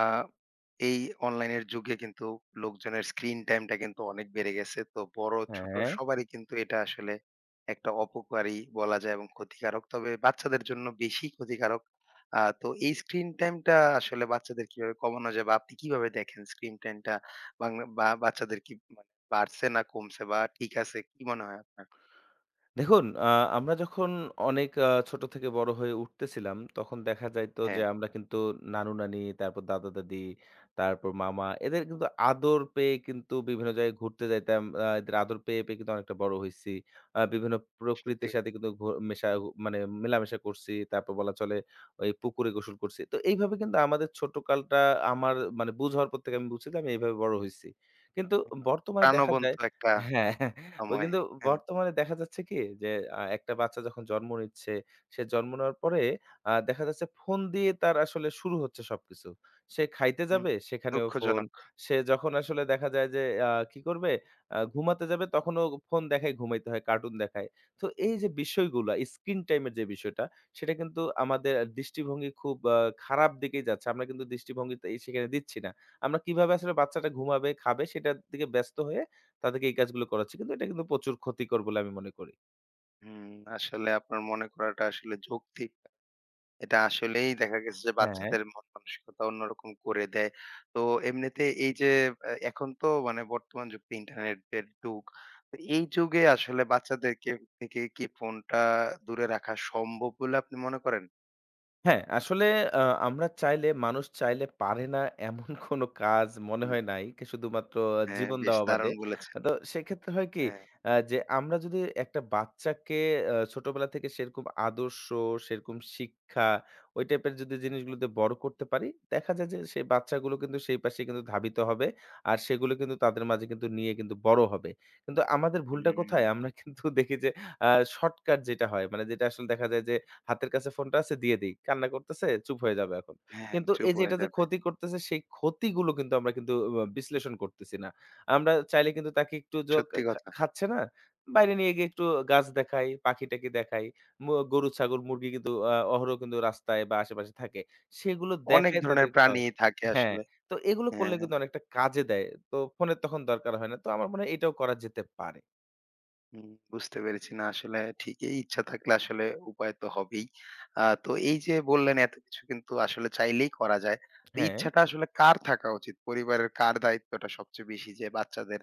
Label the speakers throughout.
Speaker 1: আ এই অনলাইনের যুগে কিন্তু লোকজনের স্ক্রিন টাইমটা কিন্তু অনেক বেড়ে গেছে। তো বড়-ছোট
Speaker 2: হ্যাঁ,
Speaker 1: সবারই কিন্তু এটা আসলে একটা অপকারী বলা যায় এবং ক্ষতিকারক। তবে বাচ্চাদের জন্য বেশি ক্ষতিকারক। তো এই স্ক্রিন টাইমটা আসলে বাচ্চাদের কিভাবে কমানো যায় বা আপনি কিভাবে দেখেন স্ক্রিন টাইমটা বাংলা বা বাচ্চাদের কি মানে বাড়ছে না কমছে বা ঠিক আছে কি মনে হয় আপনার?
Speaker 2: দেখুন, আমরা যখন অনেক ছোট থেকে বড় হয়ে উঠতেছিলাম, তখন দেখা যাইতো যে
Speaker 1: হ্যাঁ,
Speaker 2: আমরা কিন্তু নানু-নানি, তারপর দাদা-দাদি, তারপর মামা এদের কিন্তু আদর পেয়ে কিন্তু বিভিন্ন জায়গায় ঘুরতে যাইতাম। এদের আদর পেয়ে কিন্তু অনেকটা বড় হইছি। বিভিন্ন
Speaker 1: সত্যি
Speaker 2: প্রকৃতির সাথে কিন্তু মেশা মানে মেলামেশা করছি। তারপর বলা চলে ওই পুকুরে গোসল করছি। তো এইভাবে কিন্তু আমাদের ছোট কালটা আমার মানে বুঝ হওয়ার পর থেকে আমি বুঝছি যে আমি এইভাবে বড় হইছি। কিন্তু বর্তমানে দেখা
Speaker 1: প্রাণবন্ত
Speaker 2: যায়,
Speaker 1: একটা
Speaker 2: হ্যাঁ। ও
Speaker 1: সময়।
Speaker 2: কিন্তু
Speaker 1: হ্যাঁ,
Speaker 2: বর্তমানে দেখা যাচ্ছে কি যে একটা বাচ্চা যখন জন্ম নিচ্ছে, সে জন্ম নেওয়ার পরে দেখা যাচ্ছে ফোন দিয়ে তার আসলে শুরু হচ্ছে সবকিছু। সে খাইতে
Speaker 1: হুম,
Speaker 2: যাবে সেখানেও ফোন।
Speaker 1: দুঃখজনক।
Speaker 2: সে যখন আসলে দেখা যায় যে আ কি করবে আ ঘুমাতে যাবে তখনও ফোন দেখায় ঘুমাইতে হয়, কার্টুন দেখায়। তো এই যে বিষয়গুলা স্ক্রিন টাইম এর যে বিষয়টা সেটা কিন্তু আমাদের দৃষ্টিভঙ্গি খুব খারাপ দিকেই যাচ্ছে। আমরা কিন্তু দৃষ্টিভঙ্গিতে সেখানে দিচ্ছি না। আমরা কিভাবে আসলে বাচ্চাটা ঘুমাবে, খাবে সেটার দিকে ব্যস্ত হয়ে তাদেরকে এই কাজগুলো করাচ্ছি। কিন্তু এটা কিন্তু প্রচুর ক্ষতিকর বলে আমি মনে করি।
Speaker 1: হুম, আসলে আপনার মনে করাটা আসলে যৌক্তিক। এটা আসলেই দেখা গেছে যে
Speaker 2: হ্যাঁ,
Speaker 1: বাচ্চাদের মন মানসিকতা অন্যরকম করে দেয়। তো এমনিতে এই যে এখন তো মানে বর্তমান যুগটা ইন্টারনেটের যুগ। তো এই যুগে আসলে বাচ্চাদেরকে থেকে কি ফোনটা দূরে রাখা সম্ভব বলে আপনি মনে করেন?
Speaker 2: হ্যাঁ, আসলে আ আমরা চাইলে মানুষ চাইলে পারে না এমন কোনো কাজ মনে
Speaker 1: হুম,
Speaker 2: হয় নাই। কি শুধুমাত্র
Speaker 1: হ্যাঁ,
Speaker 2: জীবন
Speaker 1: বেশ
Speaker 2: দেওয়া বাদে।
Speaker 1: দারুণ বলেছেন।
Speaker 2: তো সেক্ষেত্রে হয় কি
Speaker 1: হ্যাঁ,
Speaker 2: যে আমরা যদি একটা বাচ্চাকে ছোটবেলা থেকে সেরকম আদর্শ, সেরকম শিক্ষা, ওই টাইপের যদি জিনিসগুলোতে বড় করতে পারি, দেখা যায় যে সেই বাচ্চাগুলো কিন্তু সেই পাশে কিন্তু ধাবিত হবে। আর সেগুলো কিন্তু তাদের মাঝে কিন্তু নিয়ে কিন্তু বড় হবে। কিন্তু আমাদের ভুলটা
Speaker 1: হুম,
Speaker 2: কোথায়? আমরা কিন্তু দেখি যে আ শর্টকাট যেটা হয় মানে যেটা আসলে দেখা যায় যে হাতের কাছে ফোনটা আছে দিয়ে দেই। কান্না করতেছে, চুপ হয়ে যাবে এখন।
Speaker 1: হ্যাঁ,
Speaker 2: কিন্তু
Speaker 1: চুপ
Speaker 2: এই যে
Speaker 1: হয়ে
Speaker 2: এটা যে
Speaker 1: যাবে।
Speaker 2: ক্ষতি করতেছে সেই ক্ষতিগুলো কিন্তু আমরা কিন্তু বিশ্লেষণ করতেছি না। আমরা চাইলে কিন্তু তাকে একটু
Speaker 1: সত্যি কথা।
Speaker 2: খাচ্ছে না? বাইরে নিয়ে গিয়ে একটু গাছ দেখাই, পাখি-টাখি দেখাই। ম গরু, ছাগল, মুরগি কিন্তু অহরহ কিন্তু রাস্তায় বা আশেপাশে থাকে। সেগুলো
Speaker 1: অনেক
Speaker 2: দেখায়
Speaker 1: ধরনের
Speaker 2: তাদের খাওয়ায়।
Speaker 1: প্রাণী থাকে
Speaker 2: হ্যাঁ,
Speaker 1: আসলে।
Speaker 2: তো এগুলো করলে
Speaker 1: হ্যাঁ।
Speaker 2: কিন্তু অনেকটা কাজে দেয়। তো ফোনের তখন দরকার হয় না। তো আমার মনে হয় এটাও করা যেতে পারে।
Speaker 1: হুম, বুঝতে পেরেছি। না আসলে ঠিকই ইচ্ছা থাকলে আসলে উপায় তো হবেই। তো এই যে বললেন এত কিছু কিন্তু আসলে চাইলেই করা যায়। তো
Speaker 2: হ্যাঁ,
Speaker 1: ইচ্ছাটা আসলে কার থাকা উচিত? পরিবারের কার দায়িত্বটা সবচেয়ে বেশি যে বাচ্চাদের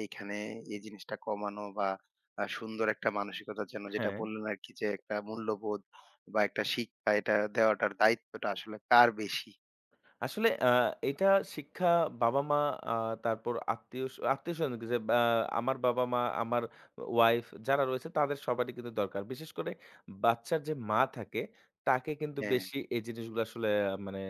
Speaker 1: এইখানে এই জিনিসটা কমানো বা সুন্দর একটা মানসিকতার জন্য যেটা
Speaker 2: হ্যাঁ।
Speaker 1: বললেন আরকি যে একটা মূল্যবোধ বা একটা শিক্ষা এটা দেওয়াটার দায়িত্বটা আসলে কার বেশি?
Speaker 2: আসলে এটা শিক্ষা বাবা-মা, আ তারপর আত্মীয়স্বজন যে বা আমার বাবা-মা, আমার ওয়াইফ যারা রয়েছে তাদের সবারই কিন্তু দরকার। বিশেষ করে বাচ্চার যে মা থাকে তাকে কিন্তু
Speaker 1: হ্যাঁ,
Speaker 2: বেশি এই জিনিসগুলো আসলে মানে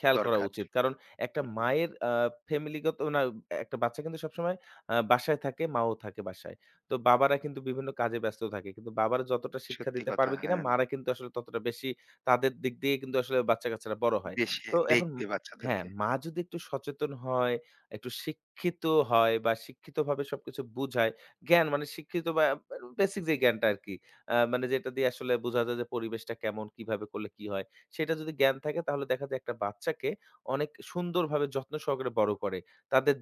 Speaker 2: খেয়াল করা
Speaker 1: দরকার।
Speaker 2: উচিত। কারণ একটা
Speaker 1: হুম,
Speaker 2: মায়ের ফ্যামিলিগত না, একটা বাচ্চা কিন্তু সবসময় বাসায় থাকে, মাও থাকে বাসায়। তো বাবারা কিন্তু বিভিন্ন কাজে ব্যস্ত থাকে। কিন্তু বাবারা যতটা শিক্ষা
Speaker 1: সত্যি
Speaker 2: দিতে
Speaker 1: কথা।
Speaker 2: পারবে কিনা
Speaker 1: হ্যাঁ,
Speaker 2: মারা কিন্তু আসলে ততটা বেশি তাদের দিক দিয়ে কিন্তু আসলে বাচ্চা-কাচ্চারা বড় হয়।
Speaker 1: বেশি
Speaker 2: তো এখন,
Speaker 1: দেখবে
Speaker 2: হ্যাঁ,
Speaker 1: বাচ্চাদেরকে।
Speaker 2: মা যদি একটু সচেতন হয়, একটু শিক্ষিত হয় বা শিক্ষিতভাবে সবকিছু বুঝায়, জ্ঞান মানে শিক্ষিত বা বেসিক যে জ্ঞানটা আরকি। মানে যেটা দিয়ে আসলে বোঝা যায় যে পরিবেশটা কেমন, কিভাবে করলে কি হয়? সেটা যদি জ্ঞান থাকে তাহলে দেখা যায় একটা বাচ্চাকে অনেক সুন্দরভাবে যত্ন সহকারে বড় করে। তাদের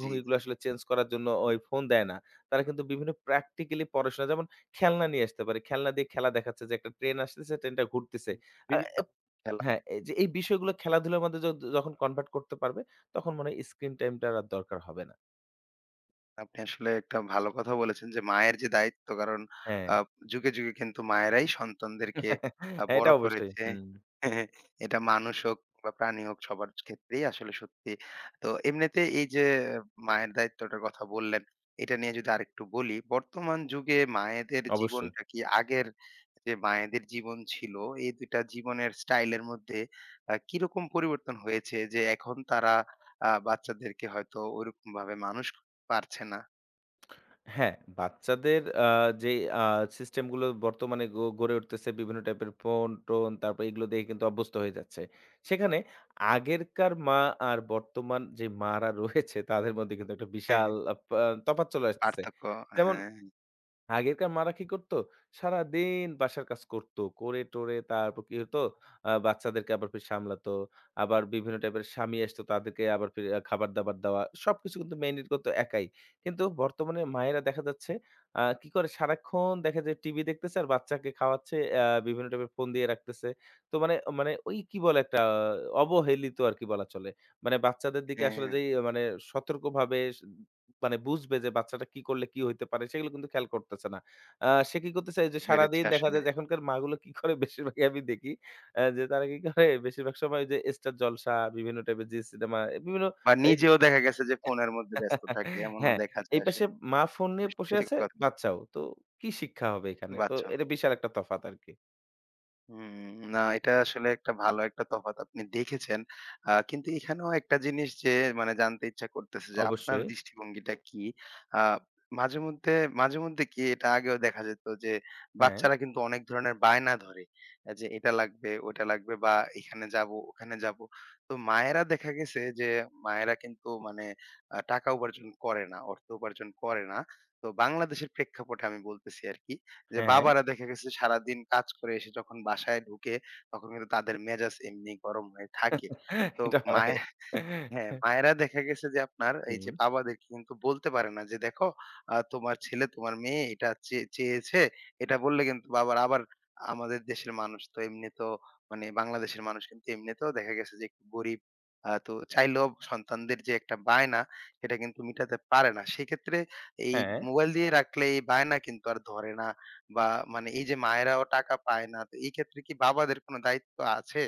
Speaker 1: জি, জি।
Speaker 2: আসলে চেঞ্জ করার জন্য ওই ফোন দেয় না। তারা কিন্তু বিভিন্ন প্র্যাকটিক্যালি পড়াশোনা যেমন খেলনা নিয়ে আসতে পারে। খেলনা দিয়ে খেলা দেখাচ্ছে যে একটা ট্রেন আসতেছে, ট্রেনটা ঘুরতেছে।
Speaker 1: হুম,
Speaker 2: আ
Speaker 1: বিভিন্ন খেলা
Speaker 2: হ্যাঁ, এই যে এই বিষয়গুলো খেলাধুলার মধ্যে যখন কনভার্ট করতে পারবে, তখন মনে হয় স্ক্রিন টাইমটার আর দরকার হবে না।
Speaker 1: আপনি আসলে একটা ভালো কথা বলেছেন যে মায়ের যে দায়িত্ব কারণ
Speaker 2: হ্যাঁ,
Speaker 1: আ যুগে, যুগে কিন্তু মায়েরাই সন্তানদেরকে
Speaker 2: হ্যাঁ, এটা
Speaker 1: বড়
Speaker 2: অবশ্যই।
Speaker 1: করেছে।
Speaker 2: হুম,
Speaker 1: এটা মানুষ হোক বা প্রাণী হোক সবার ক্ষেত্রেই আসলে সত্যি। তো এমনিতে এই যে আহ, মায়ের দায়িত্বটার কথা বললেন, এটা নিয়ে যদি আরেকটু বলি, বর্তমান যুগে মায়েদের
Speaker 2: অবশ্যই।
Speaker 1: জীবনটা কি আগের যে মায়েদের জীবন ছিল, এই ২ টা জীবনের স্টাইলের মধ্যে কিরকম পরিবর্তন হয়েছে যে এখন তারা বাচ্চাদেরকে হয়তো ওরকমভাবে মানুষ পারছে না।
Speaker 2: হ্যাঁ, বাচ্চাদের আ যে আ সিস্টেমগুলো বর্তমানে গড়ে উঠতেছে বিভিন্ন টাইপের ফোন-টোন, তারপর এগুলো দেখে কিন্তু অভ্যস্ত হয়ে যাচ্ছে। সেখানে আগেরকার মা আর বর্তমান যে মারা রয়েছে তাদের মধ্যে কিন্তু একটা
Speaker 1: হ্যাঁ,
Speaker 2: বিশাল
Speaker 1: হ্যাঁ।
Speaker 2: আ পা তফাৎ চলে আসতেছে।
Speaker 1: পার্থক্য
Speaker 2: যেমন
Speaker 1: হ্যাঁ,
Speaker 2: আগেরকার মারা কি করতো? সারাদিন বাসার কাজ করতো। করে-টরে তারপর কি হতো? বাচ্চাদেরকে আবার ফির সামলাতো। আবার বিভিন্ন টাইপের স্বামী আসতো, তাদেরকে আবার ফির খাবার-দাবার দেওয়া। সবকিছু কিন্তু মেইনটেইন করতো একাই। কিন্তু বর্তমানে মায়েরা দেখা যাচ্ছে কি করে? সারাক্ষণ দেখা যায় টিভি দেখতেছে আর বাচ্চাকে খাওয়াচ্ছে, বিভিন্ন টাইপের ফোন দিয়ে রাখতেছে। তো মানে মানে ওই কি বলে একটা অবহেলিত আরকি বলা চলে। মানে বাচ্চাদের দিকে আসলে
Speaker 1: হ্যাঁ
Speaker 2: যেই মানে সতর্কভাবে মানে বুঝবে যে বাচ্চাটা কি করলে কি হইতে পারে সেগুলো কিন্তু খেয়াল করতেছে না। আ সে কি করতেছে এই যে
Speaker 1: বেড়েছে
Speaker 2: সারাদিন দেখা
Speaker 1: আসলে।
Speaker 2: যায় যে এখনকার মাগুলো কি করে বেশিরভাগই আমি দেখি যে তারা কি করে বেশিরভাগ সময় ওই যে স্টার জলসা, বিভিন্ন টাইপের জি সিনেমা, বিভিন্ন
Speaker 1: বা
Speaker 2: এই,
Speaker 1: নিজেও দেখা গেছে যে ফোনের মধ্যে ব্যস্ত থাকে এমনও
Speaker 2: হ্যাঁ,
Speaker 1: দেখা
Speaker 2: এই
Speaker 1: যায়
Speaker 2: পাশে
Speaker 1: আসলে।
Speaker 2: মা ফোন নিয়ে বসে
Speaker 1: সত্যি
Speaker 2: আছে,
Speaker 1: কথা
Speaker 2: বাচ্চাও। তো কি শিক্ষা হবে এখানে? তো
Speaker 1: বাচ্চা।
Speaker 2: এটা বিশাল একটা তফাৎ আরকি।
Speaker 1: হুম, না এটা আসলে একটা ভালো একটা তফাৎ আপনি দেখেছেন। কিন্তু এখানেও একটা জিনিস যে মানে জানতে ইচ্ছা করতেছে যে আপনার
Speaker 2: অবশ্যই।
Speaker 1: দৃষ্টিভঙ্গিটা কি? আ মাঝেমধ্যে, মাঝেমধ্যে কি এটা আগেও দেখা যেত যে
Speaker 2: হ্যাঁ,
Speaker 1: বাচ্চারা কিন্তু অনেক ধরনের বায়না ধরে। যে এটা লাগবে, ওটা লাগবে বা এখানে যাবো, ওখানে যাবো। তো মায়েরা দেখা গেছে যে মায়েরা কিন্তু মানে টাকা উপার্জন করে না, অর্থ উপার্জন করে না। তো বাংলাদেশের প্রেক্ষাপটে আমি বলতেছি আরকি। যে
Speaker 2: হ্যাঁ,
Speaker 1: বাবারা দেখা গেছে সারাদিন কাজ করে এসে যখন বাসায় ঢুকে, তখন কিন্তু তাদের মেজাজ এমনি গরম হয়ে থাকে। তো
Speaker 2: এটা হয়।
Speaker 1: মায়ের হ্যাঁ, মায়েরা দেখা গেছে যে আপনার এই যে
Speaker 2: হুম,
Speaker 1: বাবাদেরকে কিন্তু বলতে পারে না যে, "দেখো তোমার ছেলে, তোমার মেয়ে এটা চেয়েছে।" এটা বললে কিন্তু বাবার আবার আমাদের দেশের মানুষ তো এমনিতেও মানে বাংলাদেশের মানুষ কিন্তু এমনিতেও দেখা গেছে যে একটু গরিব। তো চাইলেও সন্তানদের যে একটা বায়না সেটা কিন্তু মিটাতে পারে না। সেক্ষেত্রে এই
Speaker 2: হ্যাঁ।
Speaker 1: মোবাইল দিয়ে রাখলে এই বায়না কিন্তু আর ধরে না বা মানে এই যে মায়েরাও টাকা পায় না। তো এই ক্ষেত্রে কি বাবাদের কোনো দায়িত্ব আছে?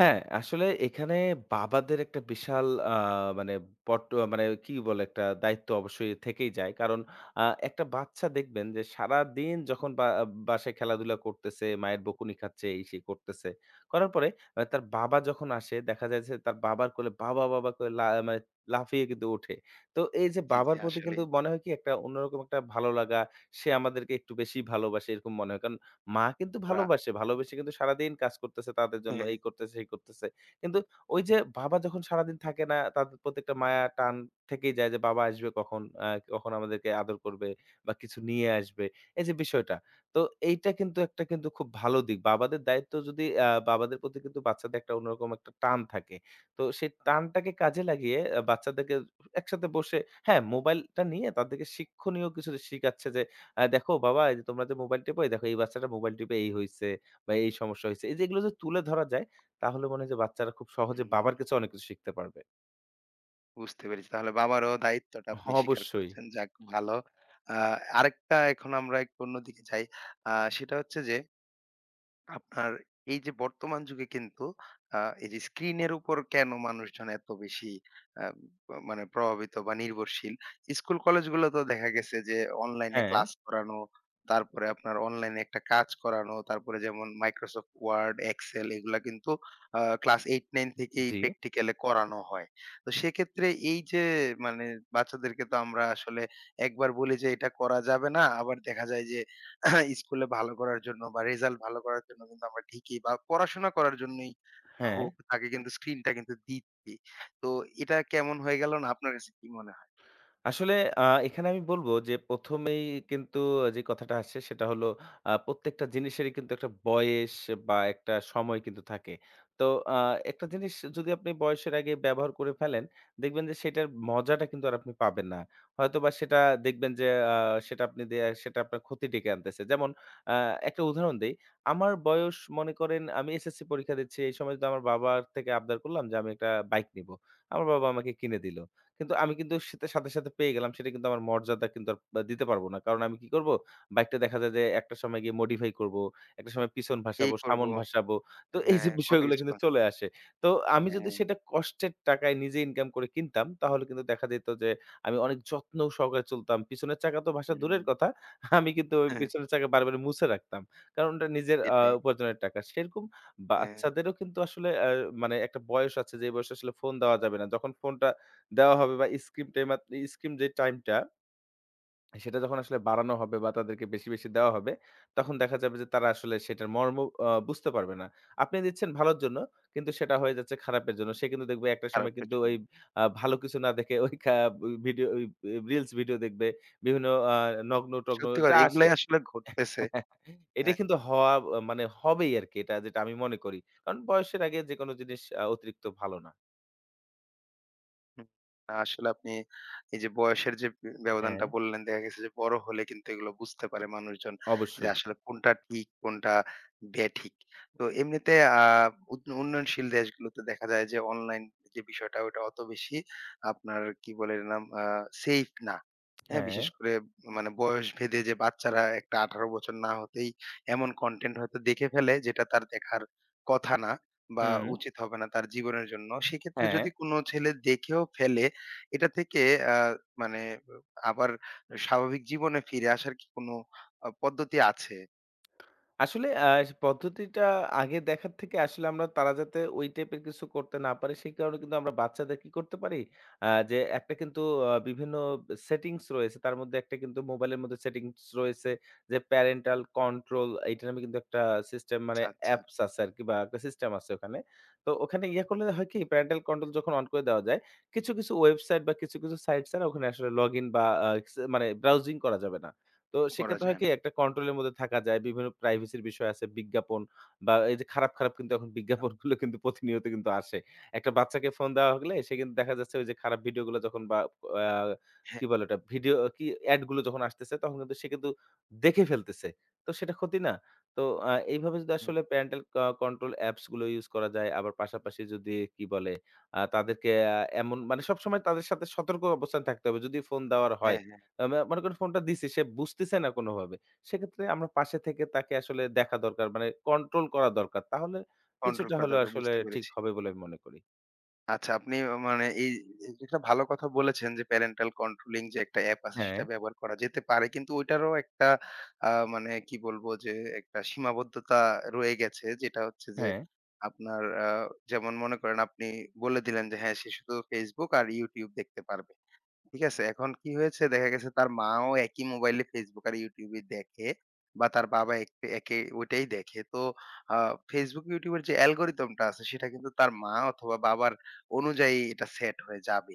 Speaker 2: হ্যাঁ, আসলে এখানে বাবাদের একটা বিশাল আ মানে পট মানে কি বলে? একটা দায়িত্ব অবশ্যই থেকেই যায়। কারণ আ একটা বাচ্চা দেখবেন যে সারাদিন যখন বা বাসায় খেলাধুলা করতেছে, মায়ের বকুনি খাচ্ছে, এই-সেই করতেছে। করার পরে তার বাবা যখন আসে দেখা যায় যে তার বাবার কোলে বাবা, বাবা করে মানে লাফিয়ে কিন্তু ওঠে। তো এই যে
Speaker 1: জি,
Speaker 2: বাবার
Speaker 1: জি
Speaker 2: প্রতি কিন্তু
Speaker 1: আসলেই
Speaker 2: মনে হয় কি একটা অন্যরকম একটা ভালো লাগা, সে আমাদেরকে একটু বেশি ভালোবাসে এরকম মনে হয়। কারণ মা কিন্তু
Speaker 1: ওরা
Speaker 2: ভালোবাসে, ভালোবেসে কিন্তু সারাদিন কাজ করতেছে তাদের জন্য, এই করতেছে, সেই করতেছে। কিন্তু ওই যে বাবা যখন সারাদিন থাকে না, তাদের প্রতি একটা মায়া টান থেকেই যায় যে বাবা আসবে কখন, কখন আমাদেরকে আদর করবে বা কিছু নিয়ে আসবে। এই যে বিষয়টা। তো এইটা কিন্তু একটা কিন্তু খুব ভালো দিক। বাবাদের দায়িত্ব যদি বাবাদের প্রতি কিন্তু বাচ্চাদের একটা অন্যরকম একটা টান থাকে। তো সেই টানটাকে কাজে লাগিয়ে বাচ্চাদেরকে একসাথে বসে হ্যাঁ, মোবাইলটা নিয়ে তাদেরকে শিক্ষণীয় কিছু শিখাচ্ছে যে দেখো বাবা, এই যে তোমরা যে মোবাইল টেপো, এই দেখো এই বাচ্চাটা মোবাইল টিপে এই হইছে বা এই সমস্যা হইছে। এই যে এগুলো যদি তুলে ধরা যায় তাহলে মনে হয় যে বাচ্চারা খুব সহজে
Speaker 1: হুম।
Speaker 2: বাবার কাছে অনেক কিছু শিখতে পারবে।
Speaker 1: বুঝতে পেরেছি। তাহলে বাবারও দায়িত্বটা আপনি স্বীকার
Speaker 2: অবশ্যই।
Speaker 1: করছেন। যাক ভালো। আ আরেকটা এখন আমরা একটু অন্যদিকে যাই। আ সেটা হচ্ছে যে আপনার এই যে বর্তমান যুগে কিন্তু এই যে স্ক্রিনের উপর কেন মানুষজন এত বেশি আ মানে প্রভাবিত বা নির্ভরশীল? স্কুল কলেজগুলো তো দেখা গেছে যে অনলাইনে
Speaker 2: হ্যাঁ,
Speaker 1: ক্লাস করানো, তারপরে আপনার অনলাইনে একটা কাজ করানো, তারপরে যেমন Microsoft Word, Excel এগুলা কিন্তু ক্লাস 8, 9 থেকেই
Speaker 2: জি,
Speaker 1: প্র্যাকটিক্যালে করানো হয়। তো সেক্ষেত্রে এই যে মানে বাচ্চাদেরকে তো আমরা আসলে একবার বলি যে এটা করা যাবে না, আবার দেখা যায় যে হ্যাঁ, স্কুলে ভালো করার জন্য বা রেজাল্ট ভালো করার জন্য কিন্তু আমরা ঠিকই বা পড়াশোনা করার জন্যই
Speaker 2: হ্যাঁ।
Speaker 1: হোক তাকে কিন্তু স্ক্রিনটা কিন্তু দিচ্ছি। তো এটা কেমন হয়ে গেল না আপনার কাছে কি মনে হয়?
Speaker 2: আসলে আ এখানে আমি বলব যে ১ম এই কিন্তু যে কথাটা আসে সেটা হলো প্রত্যেকটা জিনিসেরই কিন্তু একটা বয়েস বা একটা সময় কিন্তু থাকে। তো আ একটা জিনিস যদি আপনি বয়সের আগে ব্যবহার করে ফেলেন, দেখবেন যে সেটার মজাটা কিন্তু আর আপনি পাবেন না। হয়তোবা সেটা দেখবেন যে আ সেটা আপনি দে সেটা আপনার ক্ষতি ডেকে আনতেছে। যেমন আ একটা উদাহরণ দেই। আমার বয়স মনে করেন আমি এসএসসি পরীক্ষা দিচ্ছি। এই সময় যদি আমার বাবার থেকে আবদার করলাম যে আমি একটা বাইক নিবো। আমার বাবা আমাকে কিনে দিল। কিন্তু আমি কিন্তু সেটার সাথে পেয়ে গেলাম। সেটা কিন্তু আমার মর্যাদা কিন্তু আর বা দিতে পারব না। কারণ আমি কি করব? বাইকটা দেখা যায় যে একটা সময় গিয়ে modify করব, একটা সময় পিছন
Speaker 1: এই
Speaker 2: ভাসাবো,
Speaker 1: করব
Speaker 2: সামন ভাসাবো। তো এই
Speaker 1: হ্যাঁ,
Speaker 2: যে
Speaker 1: কত
Speaker 2: বিষয়গুলো
Speaker 1: কিছু
Speaker 2: কিন্তু
Speaker 1: কর
Speaker 2: চলে আসে। তো আমি
Speaker 1: হ্যাঁ,
Speaker 2: যদি সেটা কষ্টের টাকায় নিজে ইনকাম করে কিনতাম, তাহলে কিন্তু দেখা যেত যে আমি অনেক যত্ন সহকারে চলতাম। পিছনের চাকা তো ভাসা
Speaker 1: হুম,
Speaker 2: দূরের কথা। আমি কিন্তু ওই
Speaker 1: হ্যাঁ,
Speaker 2: পিছনের চাকা বারবার মুছে রাখতাম। কারণ ওটা নিজের
Speaker 1: এটাই।
Speaker 2: উপার্জনের টাকা। সেরকম
Speaker 1: হ্যাঁ,
Speaker 2: বাচ্চাদেরও কিন্তু আসলে মানে একটা বয়স আছে যে বয়সে আসলে ফোন দেওয়া যাবে না। যখন ফোনটা দেওয়া হবে বা স্ক্রিন টাইম আপনি স্ক্রিন যে টাইমটা সেটা যখন আসলে বাড়ানো হবে বা তাদেরকে বেশি, বেশি দেওয়া হবে, তখন দেখা যাবে যে তারা আসলে সেটার মর্ম বুঝতে পারবে না। আপনি দিচ্ছেন ভালোর জন্য, কিন্তু সেটা হয়ে যাচ্ছে খারাপের জন্য। সে কিন্তু দেখবে একটা সময়
Speaker 1: খারাপের
Speaker 2: কিন্তু ওই
Speaker 1: জন্য।
Speaker 2: ভালো কিছু না দেখে ওই খা ওই ভিডিও ওই রিলস ভিডিও দেখবে। বিভিন্ন আ নগ্ন-টগ্ন
Speaker 1: সত্যি কথা
Speaker 2: যা আসে,
Speaker 1: এগুলাই আসলে ঘটতেছে।
Speaker 2: এটা
Speaker 1: হ্যাঁ।
Speaker 2: কিন্তু হওয়া আ মানে হবেই আরকি এটা যেটা আমি মনে করি। কারণ বয়সের আগে যেকোনো জিনিস অতিরিক্ত ভালো না।
Speaker 1: হুম, না আসলে আপনি এই যে বয়সের যে ব
Speaker 2: হ্যাঁ।
Speaker 1: ব্যবধানটা বললেন, দেখা গেছে যে বড় হলে কিন্তু এগুলো বুঝতে পারে মানুষজন যে
Speaker 2: অবশ্যই।
Speaker 1: আসলে কোনটা ঠিক, কোনটা বেঠিক। তো এমনিতে আ উদ উন্নয়নশীল দেশগুলোতে দেখা যায় যে অনলাইন যে বিষয়টা ওটা অত বেশি আপনার কি বলে এর নাম? সেইফ না। হ্যাঁ?
Speaker 2: হ্যাঁ।
Speaker 1: বিশেষ করে মানে বয়স ভেদে যে বাচ্চারা একটা ১৮ বছর না হতেই এমন কনটেন্ট হয়তো দেখে ফেলে যেটা তার দেখার কথা না। বা
Speaker 2: হুম।
Speaker 1: উচিত হবে না তার জীবনের জন্য। সেক্ষেত্রে
Speaker 2: হ্যাঁ।
Speaker 1: যদি কোনো ছেলে দেখেও ফেলে, এটা থেকে আ মানে আবার স্বাভাবিক জীবনে ফিরে আসার কি কোনো পদ্ধতি আছে?
Speaker 2: আসলে পদ্ধতিটা আগে দেখার থেকে আসলে আমরা তারা যাতে ওই টাইপের কিছু করতে না পারে, সেই কারণে কিন্তু আমরা বাচ্চাদের কি করতে পারি? আ যে একটা কিন্তু আ বিভিন্ন সেটিংস রয়েছে। তার মধ্যে একটা কিন্তু মোবাইলের মধ্যে সেটিংস রয়েছে যে প্যারেন্টাল কন্ট্রোল এইটা নামে কিন্তু একটা সিস্টেম মানে
Speaker 1: আচ্ছা, আচ্ছা
Speaker 2: অ্যাপস আছে আরকি বা একটা সিস্টেম আছে ওখানে। তো ওখানে ইয়ে করলে হয় কি প্যারেন্টাল কন্ট্রোল যখন অন করে দেওয়া যায়, কিছু ওয়েবসাইট বা কিছু সাইটস আছে না ওখানে আসলে লগইন বা মানে ব্রাউজিং করা যাবে না। তো
Speaker 1: করা
Speaker 2: সেক্ষেত্রে হয়
Speaker 1: যায়
Speaker 2: কি
Speaker 1: না।
Speaker 2: একটা কন্ট্রোলের মধ্যে থাকা যায়। বিভিন্ন প্রাইভেসির বিষয় আছে, বিজ্ঞাপন বা এই যে খারাপ কিন্তু এখন বিজ্ঞাপনগুলো কিন্তু প্রতিনিয়ত কিন্তু আসে। একটা বাচ্চাকে ফোন দেওয়া হলে সে কিন্তু দেখা যাচ্ছে ওই যে খারাপ ভিডিওগুলো যখন বা আ
Speaker 1: হ্যাঁ,
Speaker 2: কি বলে ওটা? ভিডিও কি এড গুলো যখন আসতেছে তখন কিন্তু সে কিন্তু দেখে ফেলতেছে। তো সেটা ক্ষতি না? তো এইভাবে যদি আসলে প্যারেন্টাল ক কন্ট্রোল অ্যাপস গুলো ইউজ করা যায়। আবার পাশাপাশি যদি কি বলে? আ তাদেরকে আ এমন মানে সবসময় তাদের সাথে সতর্ক অবস্থানে থাকতে হবে। যদি ফোন দেওয়ার হয়।
Speaker 1: হ্যাঁ, হ্যাঁ,
Speaker 2: মা মনে করেন ফোনটা দিছি, সে বুঝতেছে না কোনোভাবে। সেক্ষেত্রে আমরা পাশে থেকে তাকে আসলে দেখা দরকার। মানে কন্ট্রোল করা দরকার। তাহলে
Speaker 1: কন্ট্রোল
Speaker 2: কিছুটা
Speaker 1: করা
Speaker 2: হলেও
Speaker 1: দরকার
Speaker 2: আসলে
Speaker 1: বুঝতে
Speaker 2: ঠিক
Speaker 1: পেরেছি।
Speaker 2: হবে বলে আমি মনে করি।
Speaker 1: আচ্ছা, আপনি মানে এই এই যেটা ভালো কথা বলেছেন যে প্যারেন্টাল কন্ট্রোলিং যে একটা অ্যাপ আছে
Speaker 2: হ্যাঁ,
Speaker 1: সেটা ব্যবহার করা যেতে পারে। কিন্তু ওইটারও একটা আ মানে কি বলবো যে একটা সীমাবদ্ধতা রয়ে গেছে। যেটা হচ্ছে যে
Speaker 2: হ্যাঁ,
Speaker 1: আপনার যেমন মনে করেন আপনি বলে দিলেন যে হ্যাঁ, সে শুধু Facebook আর YouTube দেখতে পারবে। ঠিক আছে? এখন কি হয়েছে দেখা গেছে তার মাও একই মোবাইলে Facebook আর YouTube এ দেখে বা তার বাবা একে ওইটাই দেখে। তো আ Facebook, YouTube এর যে অ্যালগরিথম টা আছে সেটা কিন্তু তার মা অথবা বাবার অনুযায়ী এটা সেট হয়ে যাবে।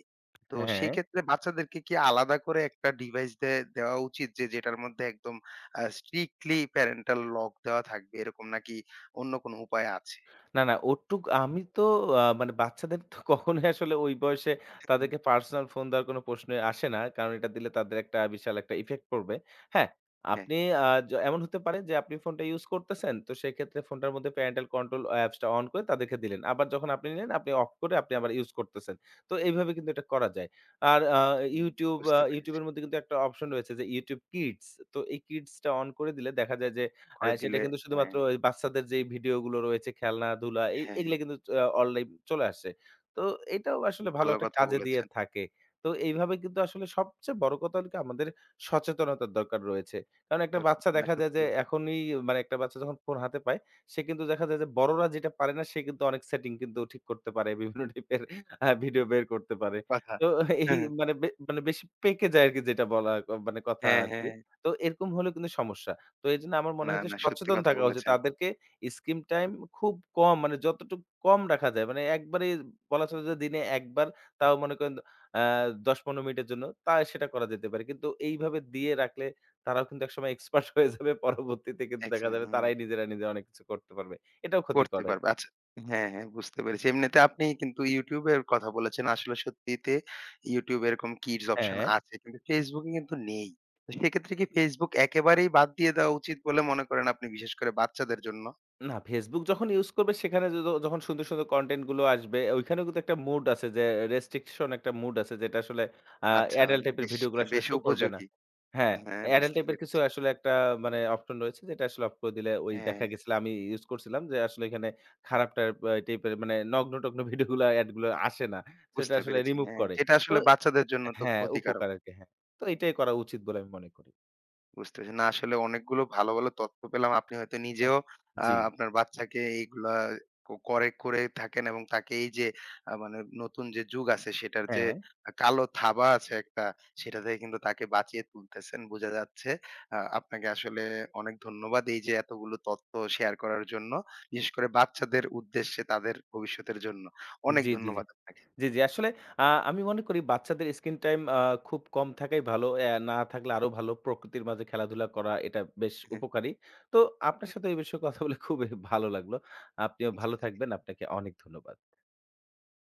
Speaker 1: তো সেই
Speaker 2: হ্যাঁ।
Speaker 1: ক্ষেত্রে বাচ্চাদেরকে কি আলাদা করে একটা ডিভাইস দেওয়া উচিত যে যেটার মধ্যে একদম স্ট্রিক্টলি প্যারেন্টাল লক দেওয়া থাকবে এরকম নাকি অন্য কোনো উপায় আছে?
Speaker 2: না, না ওটুক আমি তো মানে বাচ্চাদের তো কখনোই আসলে ওই বয়সে
Speaker 1: হুম,
Speaker 2: তাদেরকে পার্সোনাল ফোন দেওয়ার কোনো প্রশ্নই আসে না। কারণ এটা দিলে তাদের একটা বিশাল একটা ইফেক্ট পড়বে। হ্যাঁ,
Speaker 1: হ্যাঁ।
Speaker 2: আপনি আ য এমন হতে পারে যে আপনি ফোনটা ইউজ করতেছেন। তো সেক্ষেত্রে ফোনটার মধ্যে প্যারেন্টাল কন্ট্রোল অ্যাপসটা অন করে তাদেরকে দিলেন। আবার যখন আপনি নিলেন আপনি অফ করে আপনি আবার ইউজ করতেছেন। তো এইভাবে কিন্তু এটা করা যায়। আর আ
Speaker 1: হুম,
Speaker 2: YouTube আ
Speaker 1: বুঝতে
Speaker 2: YouTube
Speaker 1: পেরেছি।
Speaker 2: এর মধ্যে কিন্তু একটা অপশন রয়েছে যে YouTube Kids। তো এই Kids টা অন করে দিলে দেখা যায় যে
Speaker 1: করে
Speaker 2: হ্যাঁ, সেটা
Speaker 1: দিলে
Speaker 2: কিন্তু
Speaker 1: হ্যাঁ,
Speaker 2: শুধুমাত্র ওই বাচ্চাদের যেই ভিডিওগুলো রয়েছে, খেলনাধুলা এই
Speaker 1: হ্যাঁ,
Speaker 2: এগুলা কিন্তু অনলাইন চলে আসে। তো এটাও আসলে ভালো
Speaker 1: ভালো
Speaker 2: একটা
Speaker 1: কথা
Speaker 2: কাজে দিয়ে
Speaker 1: বলেছেন।
Speaker 2: থাকে। তো এইভাবে কিন্তু আসলে সবচেয়ে বড় কথা হলো কি আমাদের সচেতনতার দরকার রয়েছে। কারণ একটা
Speaker 1: দরকার
Speaker 2: বাচ্চা
Speaker 1: নেই। না
Speaker 2: দেখা যায়
Speaker 1: সত্যি
Speaker 2: যে
Speaker 1: কথা
Speaker 2: এখনই মানে একটা বাচ্চা যখন ফোন হাতে পায়, সে কিন্তু দেখা যায় যে বড়রা যেটা পারে না সে কিন্তু অনেক সেটিং কিন্তু ঠিক করতে পারে। বিভিন্ন টাইপের ভিডিও বের করতে পারে।
Speaker 1: কথা।
Speaker 2: তো এই
Speaker 1: হ্যাঁ,
Speaker 2: মানে বেশি পেকে যায় আরকি যেটা বলা মানে কথা
Speaker 1: হ্যাঁ,
Speaker 2: আরকি।
Speaker 1: হ্যাঁ।
Speaker 2: তো এরকম হলেও কিন্তু সমস্যা। তো এইজন্য আমার মনে
Speaker 1: না,
Speaker 2: হয় যে
Speaker 1: না সত্যি
Speaker 2: সচেতন
Speaker 1: কথা
Speaker 2: থাকা উচিত।
Speaker 1: বলেছেন।
Speaker 2: তাদেরকে স্ক্রিন টাইম খুব কম মানে যতটুকু কম রাখা যায়। মানে একবারেই বলা চলে যে দিনে একবার তাও মনে করেন আ ১০-১৫ মিনিটের জন্য তা সেটা করা যেতে পারে। কিন্তু এইভাবে দিয়ে রাখলে তারাও কিন্তু একসময় এক্সপার্ট হয়ে যাবে। পরবর্তীতে কিন্তু দেখা
Speaker 1: একজন
Speaker 2: যাবে
Speaker 1: হুম,
Speaker 2: তারাই নিজেরা নিজে অনেক কিছু করতে পারবে। এটাও
Speaker 1: করতে
Speaker 2: ক্ষতিকর
Speaker 1: পারবে।
Speaker 2: আরকি।
Speaker 1: আচ্ছা হ্যাঁ, হ্যাঁ বুঝতে পেরেছি। এমনিতে আপনি কিন্তু YouTube এর কথা বলেছেন। আসলে সত্যিতে YouTube এরকম কিডস অপশন
Speaker 2: হ্যাঁ।
Speaker 1: আছে। কিন্তু Facebook এ কিন্তু নেই। তো সেক্ষেত্রে কি Facebook একেবারেই বাদ দিয়ে দেওয়া উচিত বলে মনে করেন আপনি বিশেষ করে বাচ্চাদের জন্য?
Speaker 2: না, Facebook যখন ইউজ করবে সেখানে যখন সুন্দর কনটেন্ট গুলো আসবে, ওইখানেও কিন্তু একটা মুড আছে যে রেস্ট্রিকশন একটা মুড আছে যেটা আসলে আ
Speaker 1: আচ্ছা
Speaker 2: অ্যাডাল্ট টাইপের
Speaker 1: বেশ,
Speaker 2: ভিডিও গুলো আসলে
Speaker 1: বেশ
Speaker 2: শো করবে না।
Speaker 1: উপযোগী।
Speaker 2: হ্যাঁ,
Speaker 1: হ্যাঁ,
Speaker 2: অ্যাডাল্ট
Speaker 1: বুঝতে
Speaker 2: টাইপের কিছু
Speaker 1: পেরেছি।
Speaker 2: আসলে একটা মানে অপশন রয়েছে যেটা আসলে অফ করে দিলে ওই
Speaker 1: হ্যাঁ,
Speaker 2: দেখা গেছিল আমি ইউজ করছিলাম যে আসলে এখানে খারাপ টাইপ টাইপের মানে নগ্ন-টগ্ন ভিডিও গুলো এড গুলো আসে না। সেটা
Speaker 1: বুঝতে
Speaker 2: আসলে
Speaker 1: পেরেছি।
Speaker 2: রিমুভ
Speaker 1: হ্যাঁ,
Speaker 2: করে।
Speaker 1: যেটা
Speaker 2: তো
Speaker 1: আসলে বাচ্চাদের জন্য তো
Speaker 2: হ্যাঁ,
Speaker 1: ক্ষতিকারক।
Speaker 2: উপকার আরকি হ্যাঁ। তো এটাই করা উচিত বলে আমি মনে করি।
Speaker 1: বুঝতে পেরেছি। না আসলে অনেকগুলো ভালো, ভালো তথ্য পেলাম। আপনি হয়তো
Speaker 2: হ্যাঁ।
Speaker 1: নিজেও
Speaker 2: জি।
Speaker 1: আপনার বাচ্চাকে এইগুলা করে, করে থাকেন এবং তাকে এই যে মানে নতুন যে যুগ আছে সেটার যে
Speaker 2: হ্যাঁ।
Speaker 1: কালো থাবা আছে একটা, সেটা থেকে কিন্তু তাকে বাঁচিয়ে তুলতেছেন বোঝা যাচ্ছে। আপনাকে আসলে অনেক ধন্যবাদ এই যে এতগুলো তথ্য শেয়ার করার জন্য। বিশেষ করে বাচ্চাদের উদ্দেশ্যে তাদের ভবিষ্যতের জন্য। অনেক
Speaker 2: জি, জি, জি।
Speaker 1: ধন্যবাদ আপনাকে।
Speaker 2: জি, জি। আসলে আ আমি মনে করি বাচ্চাদের স্ক্রিন টাইম খুব কম থাকাই ভালো। না থাকলে আরো ভালো। প্রকৃতির মাঝে খেলাধুলা করা এটা বেশ উপকারী। তো আপনার সাথে এই বিষয়ে কথা বলে খুবই ভালো লাগলো। আপনিও ভালো থাকবেন। আপনাকে অনেক ধন্যবাদ।